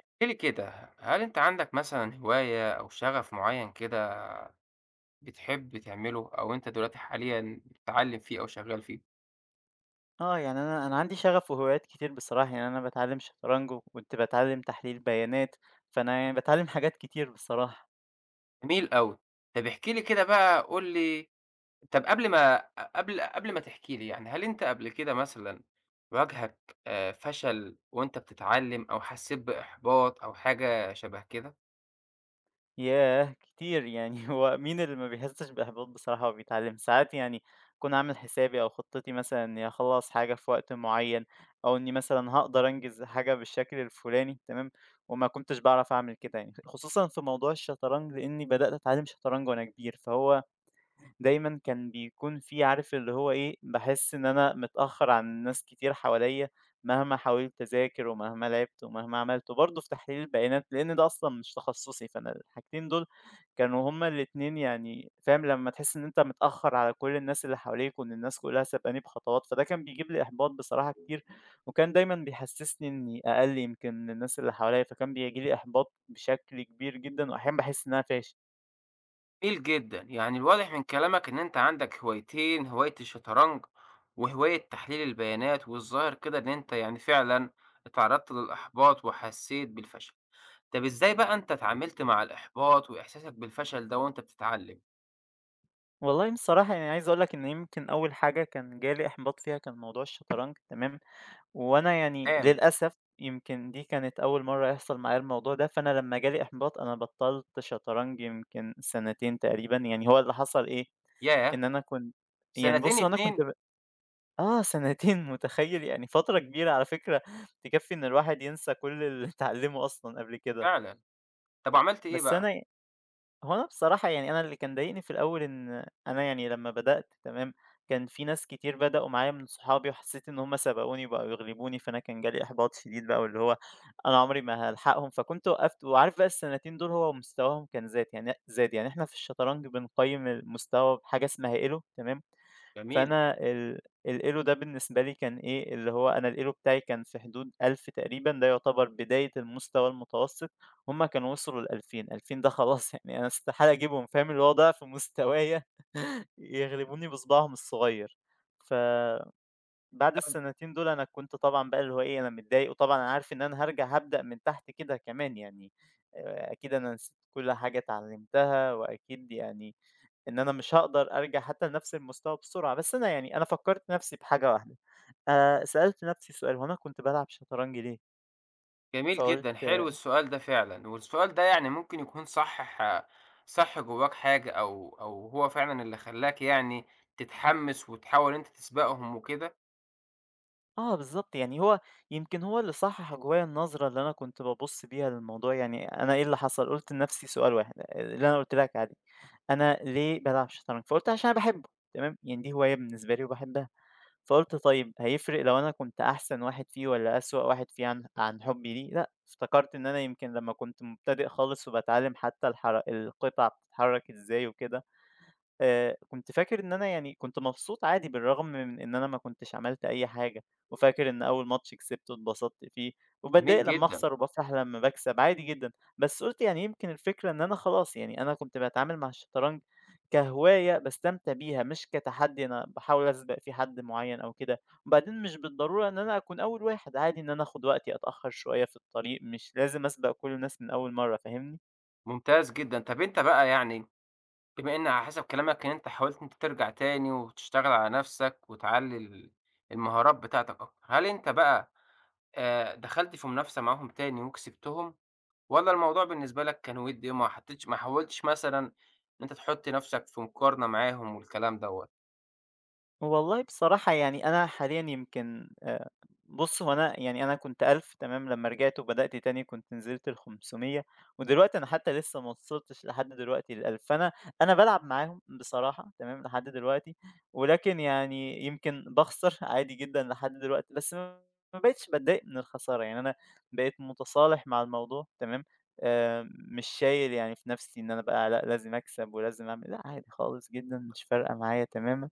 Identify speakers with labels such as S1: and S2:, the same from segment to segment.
S1: احكِ لي كده، هل أنت عندك مثلًا هواية أو شغف معيّن كده بتحب تعمله أو أنت دلوقتي حاليًا بتتعلّم فيه أو شغّال فيه؟
S2: آه، يعني أنا عندي شغف وهوايات كتير بصراحة، يعني أنا باتعلّم شطرنج وكنت باتعلّم تحليل بيانات، فأنا يعني باتعلّم حاجات كتير بصراحة.
S1: جميل أوي. طَب احكِ لي كده بقى قُل لي. طَب قبل ما تحكي لي يعني، هل أنت قبل كده مثلًا واجهك فشل وأنت بتتعلّم أو حسّيت بإحباط أو حاجة شَبه كده؟
S2: ياه! كتير يعني هو مين اللي ما بيحسّش بإحباط بصراحة وهو بيتعلّم؟ ساعات يعني أكون عامل حسابي أو خطتي مثلًا إنّي أخلّص حاجة في وقت معيّن، أو إنّي مثلًا هاقدر أنجز حاجة بالشكل الفُلاني تمام، وما كنتش باعرف أعمل كده يعني، خصوصًا في موضوع الشطرنج لإنّي بدأت أتعلّم شطرنج وأنا كبير، فهو دايمًا كان بيكون في عارف اللي هو إيه، باحس إن أنا متأخّر عن ناس كتير حواليّا مهما حاولت أذاكر ومهما لعبت ومهما عملت، وبرضه في تحليل البيانات لإن ده أصلًا مش تخصُّصي، فأنا الحاجتين دول كانوا هُم الاتنين يعني فاهم، لمّا تحس إن أنت متأخّر على كل الناس اللي حواليك وإن الناس كلّها سبقاني بخطوات، فده كان بيجيب لي إحباط بصراحة كتير، وكان دايمًا بيحسّسني إني أقَل يمكن من الناس اللي حواليّا، فكان بييجي لي إحباط بشكل كبير جدًا وأحيانًا باحس إن أنا فاشل.
S1: جميل جدًا، يعني الواضح من كلامك إن أنت عندك هوايتين، هواية الشطرنج وهواية تحليل البيانات، والظاهر كده إن أنت يعني فعلًا اتعرضت للإحباط وحسيت بالفشل. طب إزاي بقى أنت اتعاملت مع الإحباط وإحساسك بالفشل ده وأنت بتتعلم؟
S2: والله بصراحة يعني عايز أقول لك إن يمكن أول حاجة كان جالي إحباط فيها كان موضوع الشطرنج تمام، وأنا يعني
S1: تمام.
S2: للأسف يمكن دي كانت أول مرة يحصل معايا الموضوع ده، فأنا لما جالي إحباط أنا بطلت شطرنج يمكن سنتين تقريبا، يعني هو اللي حصل إيه،
S1: ياه!
S2: إن أنا كنت يعني
S1: سنتين
S2: بُص هو أنا كنت
S1: 2!
S2: ب آه سنتين متخيل يعني فترة كبيرة على فكرة تكفي إن الواحد ينسى كل اللي اتعلمه أصلًا قبل كده.
S1: فعلًا. طب عملت إيه
S2: بس
S1: بقى؟
S2: أنا هو أنا بصراحة يعني أنا اللي كان ضايقني في الأول إن أنا يعني لمّا بدأت تمام، كان في ناس كتير بدأوا معايا من صحابي وحسيت إن هم سبقوني وبقوا يغلبوني، فأنا كان جالي إحباط شديد بقى واللي هو أنا عمري ما هالحقهم، فكنت وقفت وعارف بقى السنتين دول هو مستواهم كان زاد، يعني زاد، يعني إحنا في الشطرنج بنقيّم المستوى بحاجة اسمها Elo تمام؟
S1: جميل.
S2: فأنا القِلو ده بالنسبة لي كان إيه، اللي هو أنا القِلو بتاعي كان في حدود 1000 تقريبًا، ده يُعتبر بداية المستوى المتوسط. هُم كانوا وصلوا ل2000، 2000 ده خلاص يعني أنا استحالة أجيبهم فاهم، اللي هو ضِعف مستوايا يغلبوني بصباعهم الصغير. فبعد السنتين دول أنا كنت طبعًا بقى اللي هو إيه، أنا متضايق وطبعًا أنا عارف إن أنا هارجع هابدأ من تحت كده كمان يعني، أكيد أنا نسيت كل حاجة اتعلمتها وأكيد يعني إن أنا مش هاقدر أرجع حتى لنفس المستوى بسرعة، بس أنا يعني أنا فكّرت نفسي بحاجة واحدة، سألت نفسي سؤال هو أنا كنت بالعب شطرنج ليه؟
S1: جميل جدًا،
S2: فقُلت
S1: حلو السؤال ده فعلًا، والسؤال ده يعني ممكن يكون صحّح صَح جواك حاجة أو هو فعلًا اللي خلّاك يعني تتحمّس وتحاول إن أنت تسبقهم وكده.
S2: آه بالضبط، يعني هو يمكن هو اللي صحّح جوايا النظرة اللي أنا كنت بابُص بيها للموضوع، يعني أنا إيه اللي حصل؟ قُلت لنفسي سؤال واحد اللي أنا قُلت لك عليه، أنا ليه بالعب شطرنج؟ فقُلت عشان أنا باحبه، تمام؟ يعني دي هواية بالنسبة لي وباحبها. فقُلت طيب هيفرق لو أنا كنت أحسن واحد فيه والّا أسوأ واحد فيه عن حُبّي ليه؟ لأ، افتكرت إن أنا يمكن لمّا كنت مبتدئ خالص وباتعلّم حتى الحر القطع بتتحرك إزاي وكده كنت فاكر إن أنا يعني كنت مبسوط عادي بالرغم من إن أنا ما كنتش عملت أي حاجة، وفاكر إن أول ماتش كسبته اتبسطت فيه، وباتضايق
S1: جميل
S2: لمّا
S1: جدًا.
S2: أخسر وبافرح لمّا باكسب عادي جدًا. بس قُلت يعني يمكن الفكرة إن أنا خلاص يعني أنا كنت باتعامل مع الشطرنج كهواية باستمتع بيها مش كتحدي أنا باحاول أسبق فيه حد معيّن أو كده، وبعدين مش بالضرورة إن أنا أكون أول واحد، عادي إن أنا آخد وقتي أتأخر شوية في الطريق، مش لازم أسبق كل الناس من أول مرّة، فاهمني؟
S1: ممتاز جدًا. طَب أنت بقى يعني بما إن على حسب كلامك إن أنت حاولت إن أنت ترجع تاني وتشتغل على نَفْسك وتعلّي المهارات بتاعتك أكتر، هل أنت بقى دخلت في منافسة معاهم تاني وكسبتهم؟ والّا الموضوع بالنسبة لك كان وِدّي إيه؟ ما حاولتش مثلًا إن أنت تحُط نَفْسك في مقارنة معاهم والكلام دوّة؟
S2: والله بصراحة يعني أنا حاليًا يمكن بُص، هو أنا يعني أنا كنت 1000 تمام، لمّا رجعت وبدأت تاني كنت نزلت ل500، ودلوقتي أنا حتى لسه ما وصلتش لحد دلوقتي ل1000، فأنا بالعب معاهم بصراحة تمام، لحد دلوقتي. ولكن يعني يمكن باخسر عادي جدًا لحد دلوقتي، بس ما بقيتش باتضايق من الخسارة، يعني أنا بقيت متصالح مع الموضوع تمام. مش شايل يعني في نفسي إن أنا بقى لأ لازم أكسب ولازم أعمل لأ عادي خالص جدًا مش فارقة معايا تمامًا.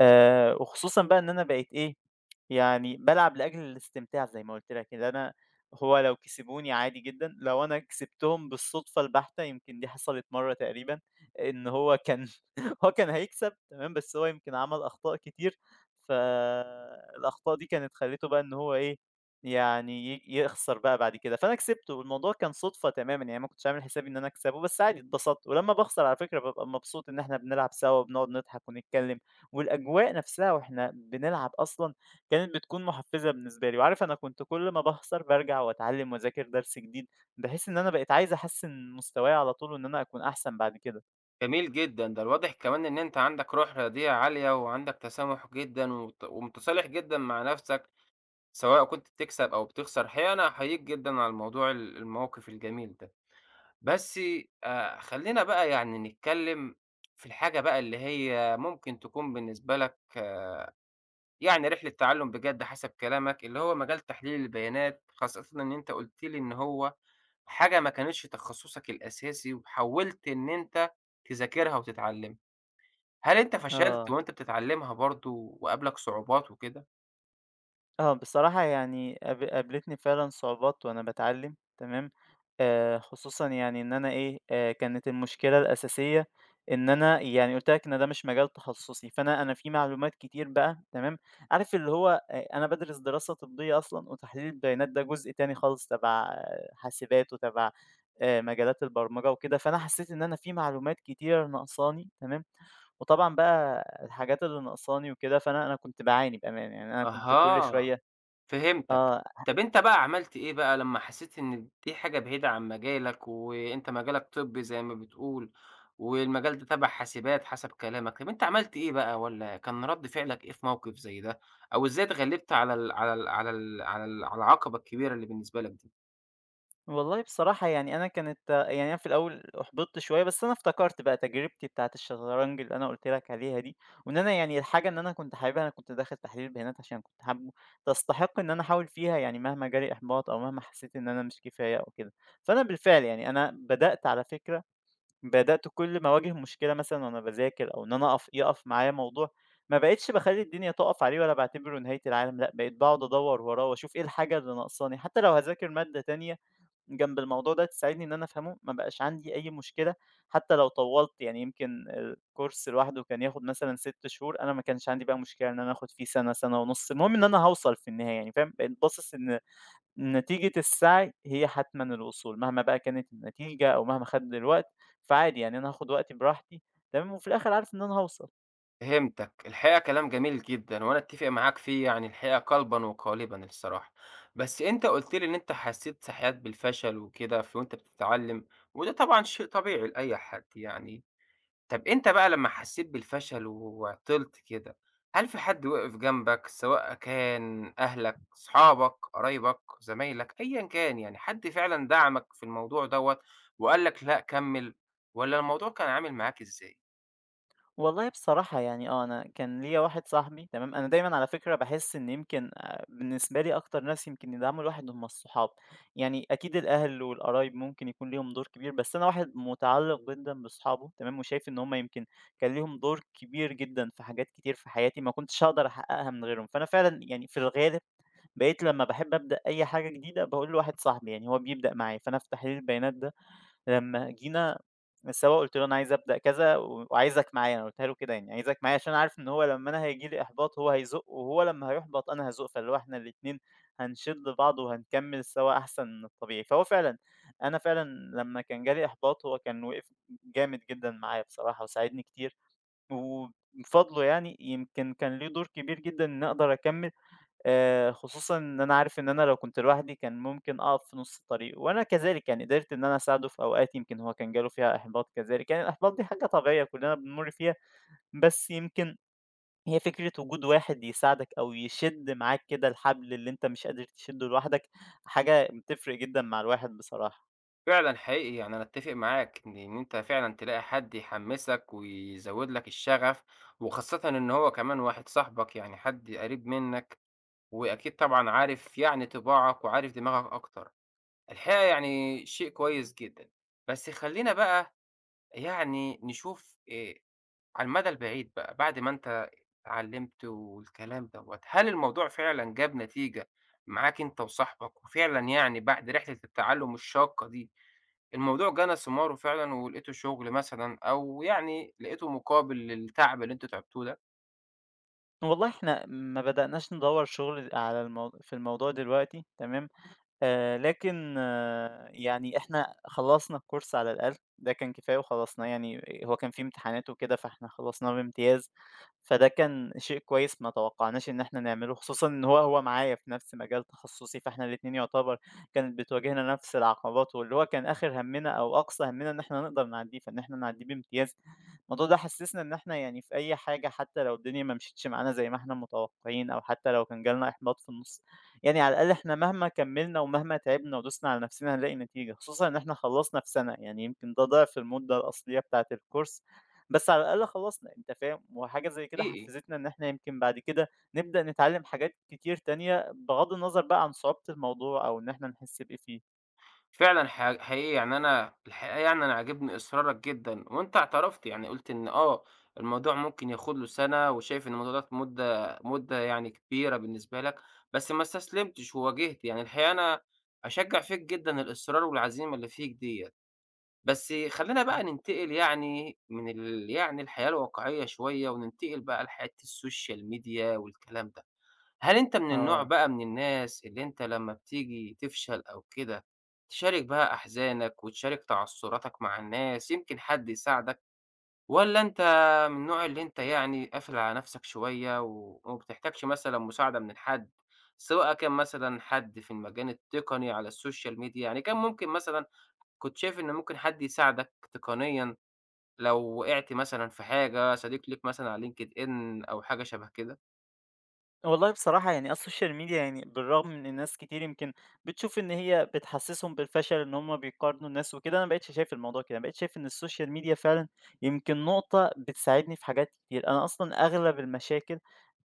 S2: وخصوصًا بقى إن أنا بقيت إيه، يعني بالعب لأجل الاستمتاع زي ما قُلت لك، اللي أنا هو لو كسبوني عادي جدًا، لو أنا كسبتهم بالصدفة البحتة يمكن دي حصلت مرّة تقريبًا، إن هو كان هيكسب تمام، بس هو يمكن عمل أخطاء كتير، فالأخطاء دي كانت خلّيته بقى إن هو إيه، يعني يخسر بقى بعد كده، فأنا كسبته والموضوع كان صُدفة تمامًا، يعني ما كنتش عامل حسابي إن أنا أكسبه، بس عادي اتبسطت، ولمّا باخسر على فكرة بابقى مبسوط إن إحنا بنلعب سوا وبنقعد نضحك ونتكلم، والأجواء نفسها وإحنا بنلعب أصلًا كانت بتكون محفزة بالنسبة لي، وعارف أنا كنت كل ما باخسر بارجع وأتعلم وأذاكر درس جديد، بحيث إن أنا بقيت عايز أحسّن مستواي على طول وإن أنا أكون أحسن بعد كده.
S1: جميل جدًا، ده الواضح كمان إن أنت عندك روح رياضية عالية وعندك تسامح جدًا ومتصالح جدًا مع نَفْسك، سواء كنت بتكسب أو بتخسر. الحقيقة أنا أحييك جدًا على الموضوع الموقِف الجميل ده. بس خلّينا بقى يعني نتكلّم في الحاجة بقى اللي هي ممكن تكون بالنسبة لك يعني رحلة تعلُّم بجد حسب كلامك، اللي هو مجال تحليل البيانات، خاصةً إن أنت قُلت لي إن هو حاجة ما كانتش تخصُّصك الأساسي وحاولت إن أنت تذاكرها وتتعلّمها. هل أنت فشلت
S2: آه.
S1: وأنت بتتعلّمها برضه وقابلك صعوبات وكده؟
S2: آه، بصراحة يعني قابلتني فعلًا صعوبات وأنا باتعلّم تمام، خصوصًا يعني إن أنا إيه، كانت المشكلة الأساسية إن أنا يعني قُلت لك إن ده مش مجال تخصُّصي، فأنا في معلومات كتير بقى تمام، عارف اللي هو أنا بادرس دراسة طبّية أصلًا وتحليل البيانات ده جزء تاني خالص تَبَع حاسبات وتَبَع مجالات البرمجة وكده، فأنا حسّيت إن أنا في معلومات كتيرة ناقصاني تمام، وطبعًا بقى الحاجات اللي ناقصاني وكده، فأنا كنت باعاني بأمانة، يعني أنا كنت كل
S1: أها.
S2: شوية
S1: فهمتك.
S2: آه،
S1: طب أنت بقى عملت إيه بقى لمّا حسيت إن دي حاجة بعيدة عن مجالك، وأنت مجالك طبّي زي ما بتقول، والمجال ده تبع حاسبات حسب كلامك، طب أنت عملت إيه بقى، والّا كان رد فعلك إيه في موقف زي ده، أو إزاي اتغلبت على العقبة الكبيرة اللي بالنسبة لك دي؟
S2: والله بصراحة يعني أنا كانت يعني أنا في الأول أُحبطت شوية، بس أنا افتكرت بقى تجربتي بتاعة الشطرنج اللي أنا قُلت لك عليها دي، وإن أنا يعني الحاجة إن أنا كنت حاببها، أنا كنت داخل تحليل بيانات عشان كنت حابه، تستحق إن أنا أحاول فيها يعني مهما جالي إحباط أو مهما حسيت إن أنا مش كفاية أو كده. فأنا بالفعل يعني أنا بدأت على فكرة بدأت كل ما أواجه مشكلة مثلًا وأنا باذاكر أو إن أنا يقف معايا موضوع، ما بقيتش باخلّي الدنيا تُقف عليه ولا باعتبره نهاية العالم، لأ، بقيت باقعد أدوّر وراه وأشوف إيه الحاجة اللي ناقصاني، حتى لو هاذاكر مادة تانية جنب الموضوع ده تساعدني إن أنا أفهمه، ما بقاش عندي أي مشكلة حتى لو طوّلت، يعني يمكن الcourse لوحده كان ياخد مثلًا 6 شهور، أنا ما كانش عندي بقى مشكلة إن أنا آخد فيه سَنة، سَنة ونُص، المهم إن أنا هاوصل في النهاية يعني فاهم، بقيت باصص إن نتيجة السعي هي حتمًا الوصول، مهما بقى كانت النتيجة أو مهما خَد الوقت، فعادي يعني أنا هاخد وقتي براحتي، تمام، وفي الآخر عارف إن أنا هاوصل.
S1: فهمتك. الحقيقة كلام جميل جدًا، وأنا أتفق معاك فيه يعني الحقيقة قلبًا وقالبًا الصراحة. بس أنت قُلت لي إن أنت حسيت ساعات بالفشل وكده وأنت بتتعلم، وده طبعًا شيء طبيعي لأي حد يعني. طب أنت بقى لمّا حسّيت بالفشل وعطلت كده، هل في حد وقف جنبك سواء كان أهلك، صحابك، قرايبك، زمايلك، أيًا كان يعني، حد فعلًا دعمك في الموضوع دوّة وقال لك لأ كمّل، والّا الموضوع كان عامل معاك إزاي؟
S2: والله بصراحة يعني آه، أنا كان ليّا واحد صاحبي تمام، أنا دايمًا على فكرة باحس إن يمكن بالنسبة لي أكتر ناس يمكن يدعموا الواحد هم الصحاب، يعني أكيد الأهل والقرايب ممكن يكون ليهم دور كبير، بس أنا واحد متعلق جدًا بصحابه تمام، وشايف إن هم يمكن كان ليهم دور كبير جدًا في حاجات كتير في حياتي ما كنتش هاقدر أحققها من غيرهم، فأنا فعلًا يعني في الغالب بقيت لما باحب أبدأ أي حاجة جديدة باقول لواحد صاحبي يعني هو بيبدأ معايا، فأنا في تحليل البيانات ده لمّا جينا سوا قُلت له: "أنا عايز أبدأ كذا وعايزك معايا." أنا قُلتها له كده يعني، "عايزك معايا." عشان عارف إن هو لمّا أنا هييجي لي إحباط هو هيزُق، وهو لمّا هيُحبط أنا هازُق، فاللي هو إحنا الاتنين هنشِد بعض وهنكمّل سوا أحسن من الطبيعي. فهو فعلًا أنا فعلًا لمّا كان جالي إحباط هو كان وِقِف جامد جدًا معايا بصراحة وساعدني كتير، وبفضله يعني يمكن كان ليه دور كبير جدًا إني أقدر أكمّل، خصوصًا إن أنا عارف إن أنا لو كنت لوحدي كان ممكن أقف في نُص الطريق، وأنا كذلك يعني قدرت إن أنا أساعده في أوقات يمكن هو كان جاله فيها إحباط كذلك، يعني الإحباط دي حاجة طبيعية كلنا بنمُر فيها، بس يمكن هي فكرة وجود واحد يساعدك أو يشِد معاك كده الحبل اللي أنت مش قادر تشِده لوحدك، حاجة بتفرق جدًا مع الواحد بصراحة.
S1: فعلًا حقيقي يعني أنا أتّفق معاك إن أنت فعلًا تلاقي حد يحمّسك ويزوّد لك الشغف، وخاصةً إن هو كمان واحد صاحبك يعني حد قريب منّك، وأكيد طبعًا عارف يعني طباعك وعارف دماغك أكتر. الحقيقة يعني شيء كويس جدًا. بس خلّينا بقى يعني نشوف على المدى البعيد بقى، بعد ما أنت اتعلّمت والكلام دوّة، هل الموضوع فعلًا جاب نتيجة معاك أنت وصاحبك، وفعلًا يعني بعد رحلة التعلُّم الشاقة دي، الموضوع جنى ثماره فعلًا ولقيتوا شغل مثلًا أو يعني لقيتوا مقابل للتعب اللي أنتم تعبتوه ده؟
S2: والله إحنا ما بدأناش ندوّر شغل على المو في الموضوع دلوقتي تمام؟ لكن آه، يعني إحنا خلّصنا الcourse على الأقل، ده كان كفاية وخلّصناه يعني هو كان في امتحانات وكده، فإحنا خلّصناه بامتياز، فده كان شيء كويس ما توقعناش إن إحنا نعمله، خصوصًا إن هو معايا في نفس مجال تخصصي، فإحنا الاتنين يعتبر كانت بتواجهنا نفس العقبات، واللي هو كان آخر همنا أو أقصى همنا إن إحنا نقدر نعدّيه، فإن إحنا نعدّيه بامتياز. الموضوع ده حسّسنا إن إحنا يعني في أي حاجة حتى لو الدنيا ما مشيتش معانا زي ما إحنا متوقعين، أو حتى لو كان جالنا إحباط في النُص يعني على الأقل إحنا مهما كمّلنا ومهما تعبنا ودوسنا على نفسنا هنلاقي نتيجة، خصوصًا إن إحنا خلّصنا في سَنة، يعني يمكن ده ضِعف المدة الأصلية بتاعة الcourse، بس على الأقل خلّصنا أنت فاهم، وحاجة زي كده
S1: إيه، إيه؟
S2: حفّزتنا إن إحنا يمكن بعد كده نبدأ نتعلّم حاجات كتير تانية بغض النظر بقى عن صعوبة الموضوع أو إن إحنا نحس بإيه فيه.
S1: فعلًا حقيقي يعني أنا الحقيقة يعني أنا عاجبني إصرارك جدًا، وأنت اعترفت يعني قُلت إن آه، الموضوع ممكن ياخد له سَنة، وشايف إن الموضوع ده مدة يعني كبيرة بالنسبة لك، بس ما استسلمتش وواجهت، يعني الحقيقة أنا أشجّع فيك جدًا الإصرار والعزيمة اللي فيك ديّة. بس خلّينا بقى ننتقل يعني من يعني الحياة الواقعية شوية، وننتقل بقى لحياة السوشيال ميديا والكلام ده. هل أنت من النوع
S2: آه.
S1: بقى من الناس اللي أنت لمّا بتيجي تفشل أو كده، تشارك بقى أحزانك وتشارك تعثُّراتك مع الناس، يمكن حد يساعدك، والّا أنت من النوع اللي أنت يعني قافل على نَفْسك شوية وما بتحتاجش مثلًا مساعدة من حد، سواء كان مثلًا حد في المجال التقني على السوشيال ميديا، يعني كان ممكن مثلًا كنت شايف إن ممكن حد يساعدك تقنيًا لو وقعت مثلًا في حاجة، صديق ليك مثلًا على LinkedIn أو حاجة شَبه كده؟
S2: والله بصراحة يعني السوشيال ميديا يعني بالرغم من إن ناس كتير يمكن بتشوف إن هي بتحسسهم بالفشل إن هم بيقارنوا الناس وكده، أنا مبقتش شايف الموضوع كده، مبقتش شايف إن السوشيال ميديا فعلا يمكن نقطة بتساعدني في حاجات كتير. أنا أصلا أغلب المشاكل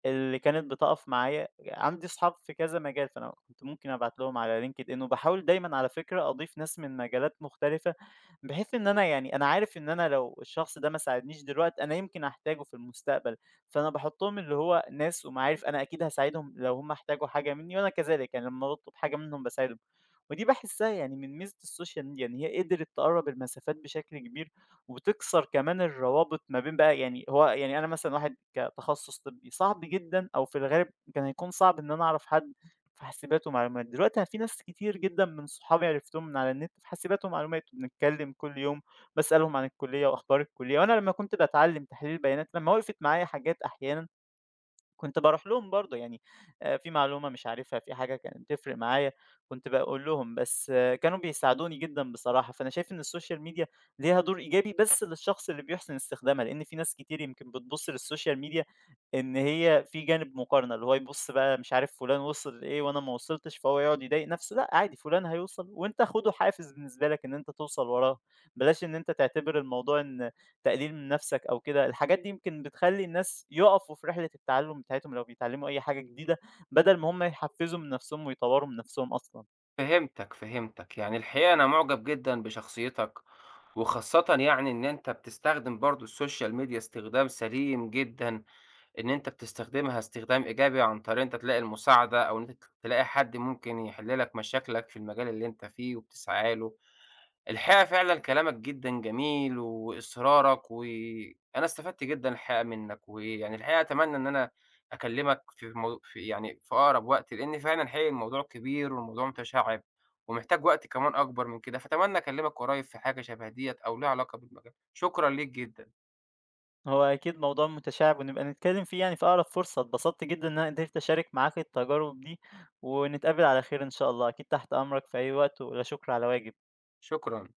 S2: اللي كانت بتقف معايا عندي أصحاب في كذا مجال، فأنا كنت ممكن أبعت لهم على LinkedIn وباحاول دايمًا على فكرة أضيف ناس من مجالات مختلفة، بحيث إن أنا يعني أنا عارف إن أنا لو الشخص ده ما ساعدنيش دلوقتي أنا يمكن أحتاجه في المستقبل، فأنا باحطهم اللي هو ناس ومعارف أنا أكيد هاساعدهم لو هم احتاجوا حاجة مني، وأنا كذلك يعني لمّا باطلب حاجة منهم باساعدهم، ودي باحسها يعني من ميزة السوشيال ميديا إن هي قدرت تقرّب المسافات بشكل كبير. وبتكسر كمان الروابط ما بين بقى يعني هو يعني أنا مثلًا واحد كتخصص طبّي صعب جدًا أو في الغالب كان هيكون صعب إن أنا أعرف حد في حاسبات ومعلومات، دلوقتي في ناس كتير جدًا من صحابي عرفتهم من على النت في حاسبات ومعلومات، بنتكلم كل يوم، باسألهم عن الكلية وأخبار الكلية، وأنا لمّا كنت باتعلم تحليل بيانات لمّا وقفت معايا حاجات أحيانًا كنت باروح لهم برضه يعني في معلومة مش عارفها، في حاجة كانت تفرق معايا، كنت باقول لهم، بس آه، كانوا بيساعدوني جدًا بصراحة، فأنا شايف إن السوشيال ميديا ليها دور إيجابي بس للشخص اللي بيحسن استخدامها، لإن في ناس كتير يمكن بتبُص للسوشيال ميديا إن هي في جانب مقارنة، اللي هو يبُص بقى مش عارف فلان وصل لإيه وأنا ما وصلتش، فهو يقعد يضايق نفسه، لأ عادي فلان هيوصل وأنت خده حافز بالنسبة لك إن أنت توصل وراه، بلاش إن أنت تعتبر الموضوع إن تقليل من نَفْسك أو كده، الحاجات دي يمكن بتخلّي الناس يُقفوا في رحلة التعلُّم بتاعتهم لو بيتعلّموا أي حاجة جديدة، بدل ما هم يحفّزوا من نَفْسهم ويطوّروا من نَفْسهم أصلًا.
S1: فهمتك، فهمتك، يعني الحقيقة أنا مُعجب جدًا بشخصيتك، وخاصةً يعني إن أنت بتستخدم برضه السوشيال ميديا استخدام سليم جدًا، إن أنت بتستخدمها استخدام إيجابي عن طريق أنت تلاقي المساعدة، أو إن أنت تلاقي حد ممكن يحل لك مشاكلك في المجال اللي أنت فيه وبتسعى له. الحقيقة فعلًا كلامك جدًا جميل وإصرارك، وأنا استفدت جدًا الحقيقة منّك، ويعني الحقيقة أتمنى إن أنا أكلمك في مو في يعني في أقرب وقت، لإن فعلًا حقيقي الموضوع كبير والموضوع متشعِّب، ومحتاج وقت كمان أكبر من كده، فأتمنى أكلمك قريب في حاجة شبه ديّة أو ليها علاقة بالمجال. شكرًا ليك جدًا.
S2: هو أكيد موضوع متشعِب ونبقى نتكلّم فيه يعني في أقرب فرصة، اتبسطت جدًا إن أنا قدرت أشارك معاك التجارب دي ونتقابل على خير إن شاء الله، أكيد تحت أمرك في أي وقت ولا شُكر على واجب.
S1: شكرًا.